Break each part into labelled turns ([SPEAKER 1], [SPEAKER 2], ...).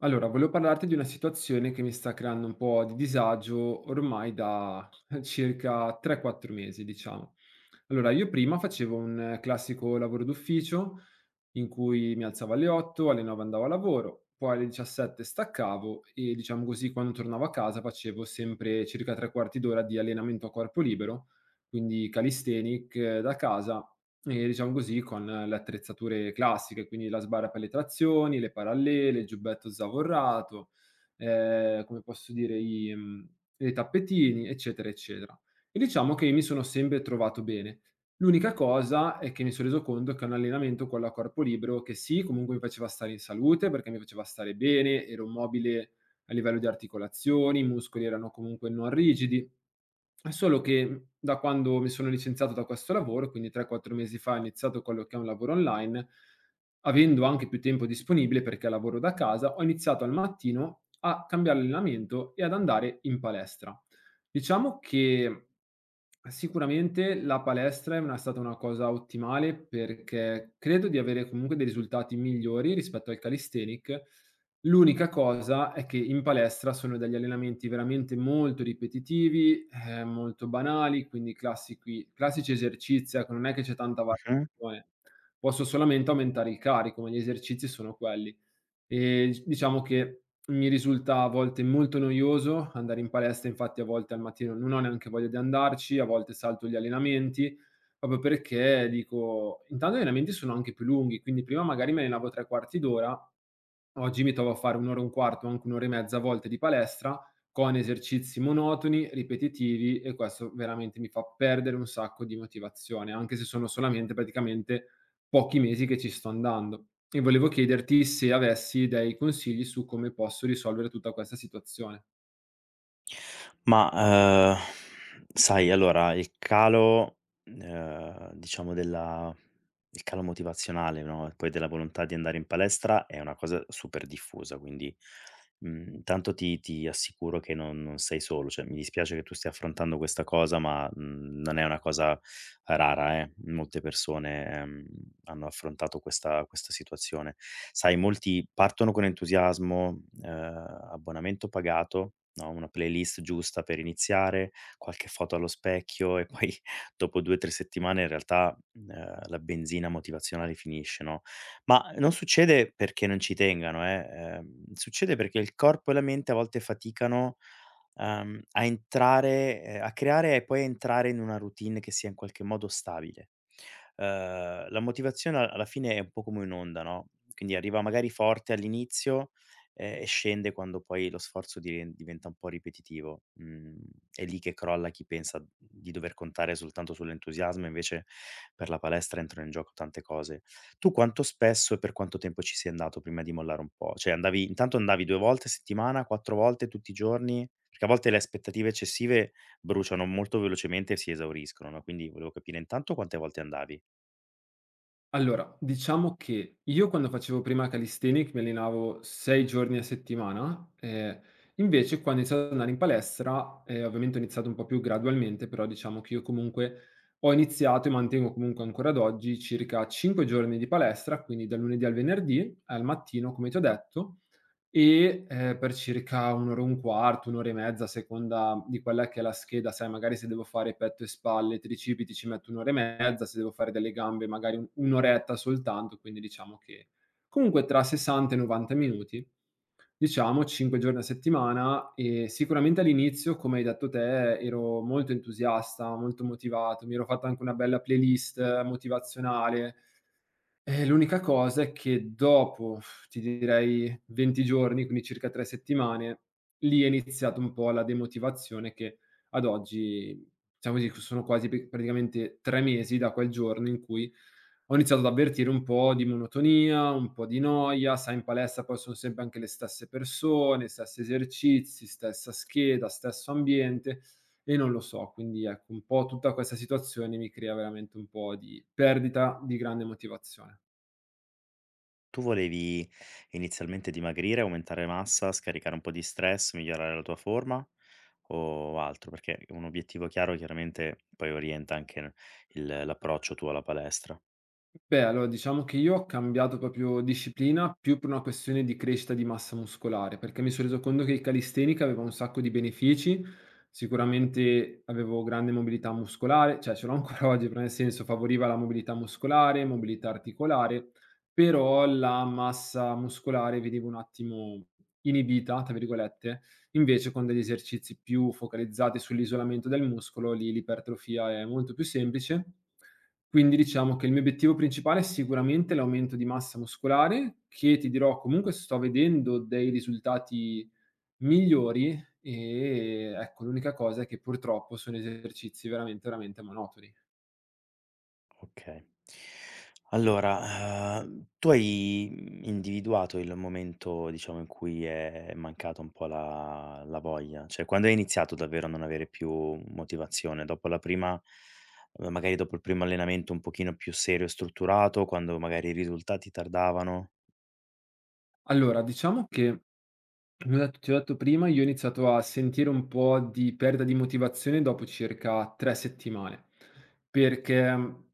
[SPEAKER 1] Allora, volevo parlarti di una situazione che mi sta creando un po' di disagio ormai da circa 3-4 mesi, diciamo. Allora, io prima facevo un classico lavoro d'ufficio, in cui mi alzavo alle 8, alle 9 andavo a lavoro, poi alle 17 staccavo e diciamo così quando tornavo a casa facevo sempre circa 3/4 d'ora di allenamento a corpo libero, quindi calisthenic da casa e diciamo così con le attrezzature classiche, quindi la sbarra per le trazioni, le parallele, il giubbetto zavorrato, come posso dire i tappetini, eccetera, eccetera. E diciamo che mi sono sempre trovato bene. L'unica cosa è che mi sono reso conto che un allenamento quello a corpo libero che sì, comunque mi faceva stare in salute, perché mi faceva stare bene, ero mobile a livello di articolazioni, i muscoli erano comunque non rigidi, è solo che da quando mi sono licenziato da questo lavoro, quindi 3, 4 mesi fa, ho iniziato quello che è un lavoro online, avendo anche più tempo disponibile perché lavoro da casa, ho iniziato al mattino a cambiare allenamento e ad andare in palestra. Diciamo che sicuramente la palestra è una stata una cosa ottimale perché credo di avere comunque dei risultati migliori rispetto al calisthenic. L'unica cosa è che in palestra sono degli allenamenti veramente molto ripetitivi, molto banali, quindi classici classici esercizi, ecco, non è che c'è tanta
[SPEAKER 2] Mh-mh.
[SPEAKER 1] variazione. Posso solamente aumentare il carico, ma gli esercizi sono quelli. Diciamo che mi risulta a volte molto noioso andare in palestra, infatti a volte al mattino non ho neanche voglia di andarci, a volte salto gli allenamenti, proprio perché dico intanto gli allenamenti sono anche più lunghi, quindi prima magari mi allenavo 3 quarti d'ora, oggi mi trovo a fare 1 ora e un quarto, anche 1 ora e mezza a volte di palestra, con esercizi monotoni, ripetitivi e questo veramente mi fa perdere un sacco di motivazione, anche se sono solamente praticamente pochi mesi che ci sto andando. E volevo chiederti se avessi dei consigli su come posso risolvere tutta questa situazione.
[SPEAKER 2] Ma, uhm, sai, diciamo della il calo motivazionale, no, e poi della volontà di andare in palestra è una cosa super diffusa, quindi, tanto ti assicuro che non sei solo, cioè mi dispiace che tu stia affrontando questa cosa, ma, non è una cosa rara, eh. Molte persone, hanno affrontato questa situazione. Sai, molti partono con entusiasmo, abbonamento pagato, no, una playlist giusta per iniziare, qualche foto allo specchio e poi dopo 2, 3 settimane in realtà, la benzina motivazionale finisce, no. Ma non succede perché non ci tengano, succede perché il corpo e la mente a volte faticano a entrare a creare e poi a entrare in una routine che sia in qualche modo stabile. La motivazione a alla fine è un po' come un'onda, no, quindi arriva magari forte all'inizio, e scende quando poi lo sforzo diventa un po' ripetitivo. Mhmm, è lì che crolla chi pensa di dover contare soltanto sull'entusiasmo, invece per la palestra entrano in gioco tante cose. Tu quanto spesso e per quanto tempo ci sei andato prima di mollare un po'? Cioè andavi 2 volte a settimana, 4 volte tutti i giorni? Perché a volte le aspettative eccessive bruciano molto velocemente e si esauriscono, no, quindi volevo capire intanto quante volte andavi.
[SPEAKER 1] Allora, diciamo che io quando facevo prima calisthenics mi allenavo 6 giorni a settimana, invece quando ho iniziato ad andare in palestra, ovviamente ho iniziato un po' più gradualmente, però diciamo che io comunque ho iniziato e mantengo comunque ancora ad oggi circa 5 giorni di palestra, quindi dal lunedì al venerdì al mattino, come ti ho detto, e, per circa 1 ora e un quarto, 1 ora e mezza, a seconda di quella che è la scheda, sai magari se devo fare petto e spalle, tricipiti ci metto 1 ora e mezza, se devo fare delle gambe magari un'oretta soltanto, quindi diciamo che comunque tra 60 e 90 minuti, diciamo 5 giorni a settimana e sicuramente all'inizio, come hai detto te, ero molto entusiasta, molto motivato, mi ero fatto anche una bella playlist motivazionale, l'unica cosa è che dopo, ti direi 20 giorni, quindi circa 3 settimane, lì è iniziato un po' la demotivazione che ad oggi, diciamo così, sono quasi p praticamente 3 mesi da quel giorno in cui ho iniziato ad avvertire un po' di monotonia, un po' di noia, sai in palestra poi sono sempre anche le stesse persone, stessi esercizi, stessa scheda, stesso ambiente e non lo so. Quindi ecco, un po' tutta questa situazione mi crea veramente un po' di perdita di grande motivazione.
[SPEAKER 2] Tu volevi inizialmente dimagrire, aumentare massa, scaricare un po' di stress, migliorare la tua forma o altro? Perché un obiettivo chiaro chiaramente poi orienta anche il l'approccio tuo alla palestra.
[SPEAKER 1] Beh, allora diciamo che io ho cambiato proprio disciplina più per una questione di crescita di massa muscolare, perché mi sono reso conto che il calistenica aveva un sacco di benefici, sicuramente avevo grande mobilità muscolare, cioè ce l'ho ancora oggi, però nel senso favoriva la mobilità muscolare, mobilità articolare, però la massa muscolare vedevo un attimo inibita, tra virgolette. Invece con degli esercizi più focalizzati sull'isolamento del muscolo, lì l'ipertrofia è molto più semplice. Quindi diciamo che il mio obiettivo principale è sicuramente l'aumento di massa muscolare, che ti dirò comunque sto vedendo dei risultati migliori e ecco l'unica cosa è che purtroppo sono esercizi veramente, veramente monotoni.
[SPEAKER 2] Okay. Allora, tu hai, individuato il momento, diciamo, in cui è mancata un po' la voglia? Cioè, quando hai iniziato davvero a non avere più motivazione? Dopo la prima magari dopo il primo allenamento un pochino più serio e strutturato, quando magari i risultati tardavano?
[SPEAKER 1] Allora, diciamo che come ho detto ti ho detto prima, io ho iniziato a sentire un po' di perdita di motivazione dopo circa 3 settimane, perché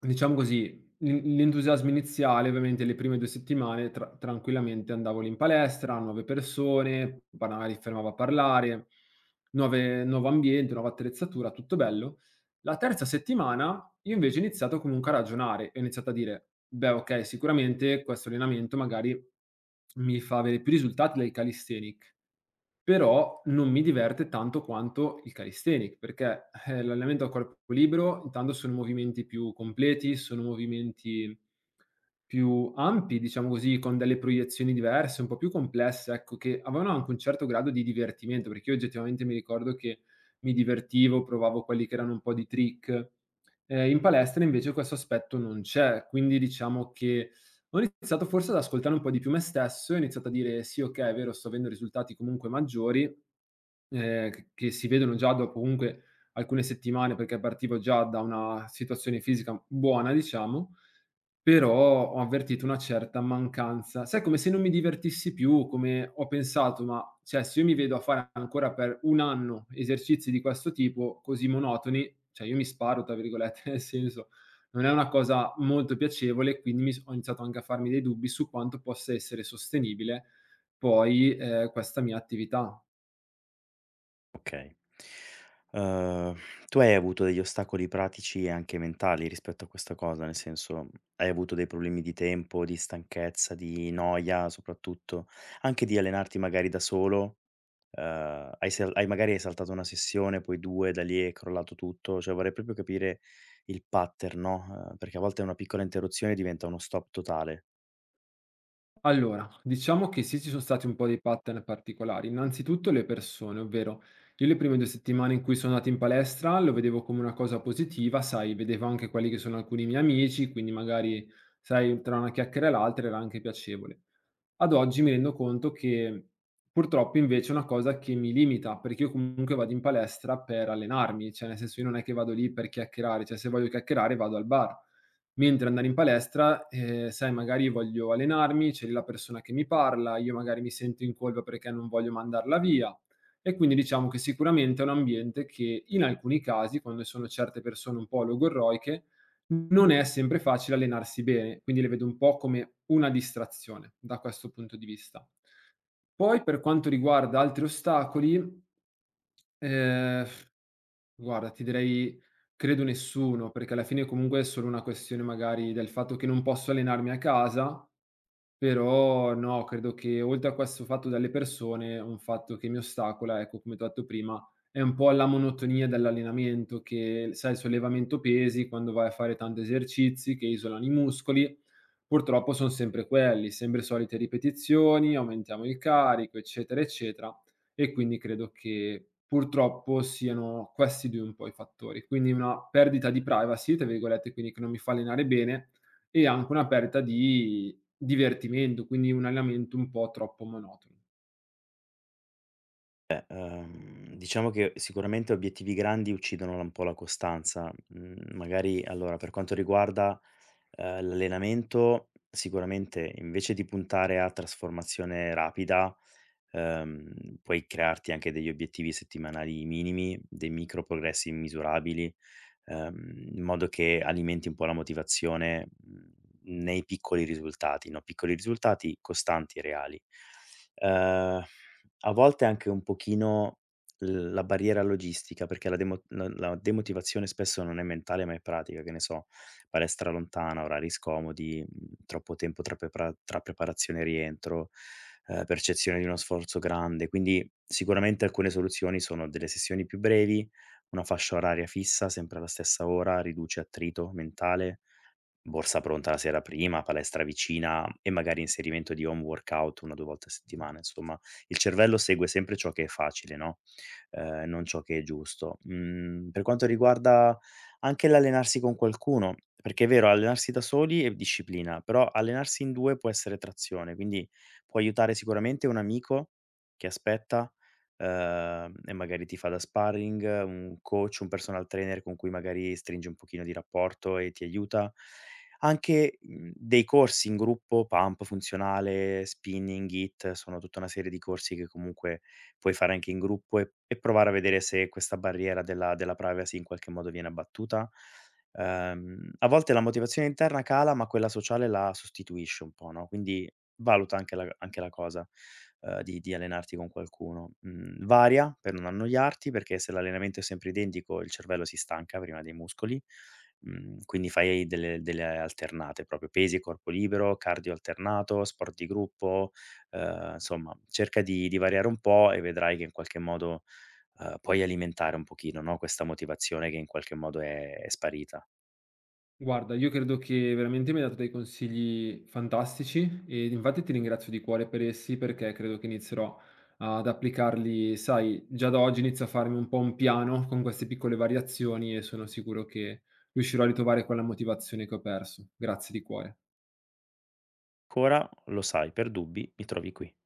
[SPEAKER 1] diciamo così, l'entusiasmo iniziale, ovviamente le prime 2 settimane tranquillamente andavo lì in palestra, nuove persone, magari fermavo a parlare, nuove nuovo ambiente, nuova attrezzatura, tutto bello. La terza settimana io invece ho iniziato comunque a ragionare, ho iniziato a dire: "Beh, okay, sicuramente questo allenamento magari mi fa avere più risultati del calisthenics." Però non mi diverte tanto quanto il calisthenic, perché, l'allenamento a corpo libero intanto sono movimenti più completi, sono movimenti più ampi, diciamo così, con delle proiezioni diverse, un po' più complesse, ecco, che avevano anche un certo grado di divertimento, perché io oggettivamente mi ricordo che mi divertivo, provavo quelli che erano un po' di trick. In palestra invece questo aspetto non c'è, quindi diciamo che ho iniziato forse ad ascoltare un po' di più me stesso e ho iniziato a dire: "Sì, okay, è vero, sto avendo risultati comunque maggiori, c che si vedono già dopo comunque alcune settimane", perché partivo già da una situazione fisica buona, diciamo. Però ho avvertito una certa mancanza. Sai, come se non mi divertissi più, come ho pensato: "Ma, cioè, se io mi vedo a fare ancora per 1 anno esercizi di questo tipo, così monotoni, cioè io mi 'sparo' tra virgolette, nel senso, non è una cosa molto piacevole, quindi mi s ho iniziato anche a farmi dei dubbi su quanto possa essere sostenibile poi, questa mia attività."
[SPEAKER 2] Okay. Uhm, tu hai avuto degli ostacoli pratici e anche mentali rispetto a questa cosa? Nel senso, hai avuto dei problemi di tempo, di stanchezza, di noia soprattutto, anche di allenarti magari da solo? Hai magari hai saltato una sessione, poi 2, da lì è crollato tutto? Cioè vorrei proprio capire il pattern, no, perché a volte una piccola interruzione diventa uno stop totale.
[SPEAKER 1] Allora, diciamo che sì, ci sono stati un po' dei pattern particolari. Innanzitutto le persone, ovvero io le prime 2 settimane in cui sono andato in palestra lo vedevo come una cosa positiva, sai, vedevo anche quelli che sono alcuni miei amici, quindi magari, sai, tra una chiacchiera e l'altra era anche piacevole. Ad oggi mi rendo conto che purtroppo invece è una cosa che mi limita, perché io comunque vado in palestra per allenarmi, cioè nel senso io non è che vado lì per chiacchierare, cioè se voglio chiacchierare vado al bar. Mentre andare in palestra, sai magari voglio allenarmi, c'è lì la persona che mi parla, io magari mi sento in colpa perché non voglio mandarla via. E quindi diciamo che sicuramente è un ambiente che in alcuni casi, quando sono certe persone un po' logorroiche, non è sempre facile allenarsi bene, quindi le vedo un po' come una distrazione da questo punto di vista. Poi per quanto riguarda altri ostacoli, ehm, guarda ti direi credo nessuno, perché alla fine comunque è solo una questione magari del fatto che non posso allenarmi a casa, però no, credo che oltre a questo fatto delle persone, un fatto che mi ostacola, ecco, come t'ho detto prima, è un po' la monotonia dell'allenamento che, sai, il sollevamento pesi, quando vai a fare tanti esercizi che isolano i muscoli, purtroppo son sempre quelli, sempre solite ripetizioni, aumentiamo il carico, eccetera, eccetera, e quindi credo che purtroppo siano questi 2 un po' i fattori. Quindi una perdita di "privacy", tra virgolette, quindi che non mi fa allenare bene, e anche una perdita di divertimento, quindi un allenamento un po' troppo monotono.
[SPEAKER 2] Diciamo che sicuramente obiettivi grandi uccidono la un po' la costanza. Mhmm, magari allora per quanto riguarda, l'allenamento, sicuramente invece di puntare a trasformazione rapida puoi crearti anche degli obiettivi settimanali minimi, dei micro progressi misurabili, in modo che alimenti un po' la motivazione nei piccoli risultati, no? Piccoli risultati costanti e reali. Eh, a volte anche un pochino la barriera logistica, perché la demotivazione spesso non è mentale ma è pratica, che ne so, palestra lontana, orari scomodi, troppo tempo tra, tra preparazione e rientro, percezione di uno sforzo grande. Quindi sicuramente alcune soluzioni sono delle sessioni più brevi, una fascia oraria fissa sempre alla stessa ora, riduce attrito mentale, borsa pronta la sera prima, palestra vicina e magari inserimento di home workout 1 o 2 volte a settimana. Insomma, il cervello segue sempre ciò che è facile, no, non ciò che è giusto. Mhmm, per quanto riguarda anche l'allenarsi con qualcuno, perché è vero allenarsi da soli è disciplina, però allenarsi in 2 può essere trazione, quindi può aiutare sicuramente un amico che aspetta, e magari ti fa da sparring, un coach, un personal trainer con cui magari stringi un pochino di rapporto e ti aiuta. Anche, dei corsi in gruppo, pump funzionale, spinning, HIIT, sono tutta una serie di corsi che comunque puoi fare anche in gruppo e provare a vedere se questa barriera della privacy in qualche modo viene abbattuta. A volte la motivazione interna cala, ma quella sociale la sostituisce un po', no, quindi valuta anche la cosa, di allenarti con qualcuno. Mhmm, varia per non annoiarti, perché se l'allenamento è sempre identico il cervello si stanca prima dei muscoli. Mhmm, quindi fai delle alternate proprio, pesi e corpo libero, cardio alternato, sport di gruppo, insomma cerca di variare un po' e vedrai che in qualche modo, puoi alimentare un pochino, no, questa motivazione che in qualche modo è sparita.
[SPEAKER 1] Guarda, io credo che veramente mi hai dato dei consigli fantastici e infatti ti ringrazio di cuore per essi perché credo che inizierò ad applicarli, sai, già da oggi inizio a farmi un po' un piano con queste piccole variazioni e sono sicuro che riuscirò a ritrovare quella motivazione che ho perso. Grazie di cuore.
[SPEAKER 2] Ancora, lo sai, per dubbi mi trovi qui.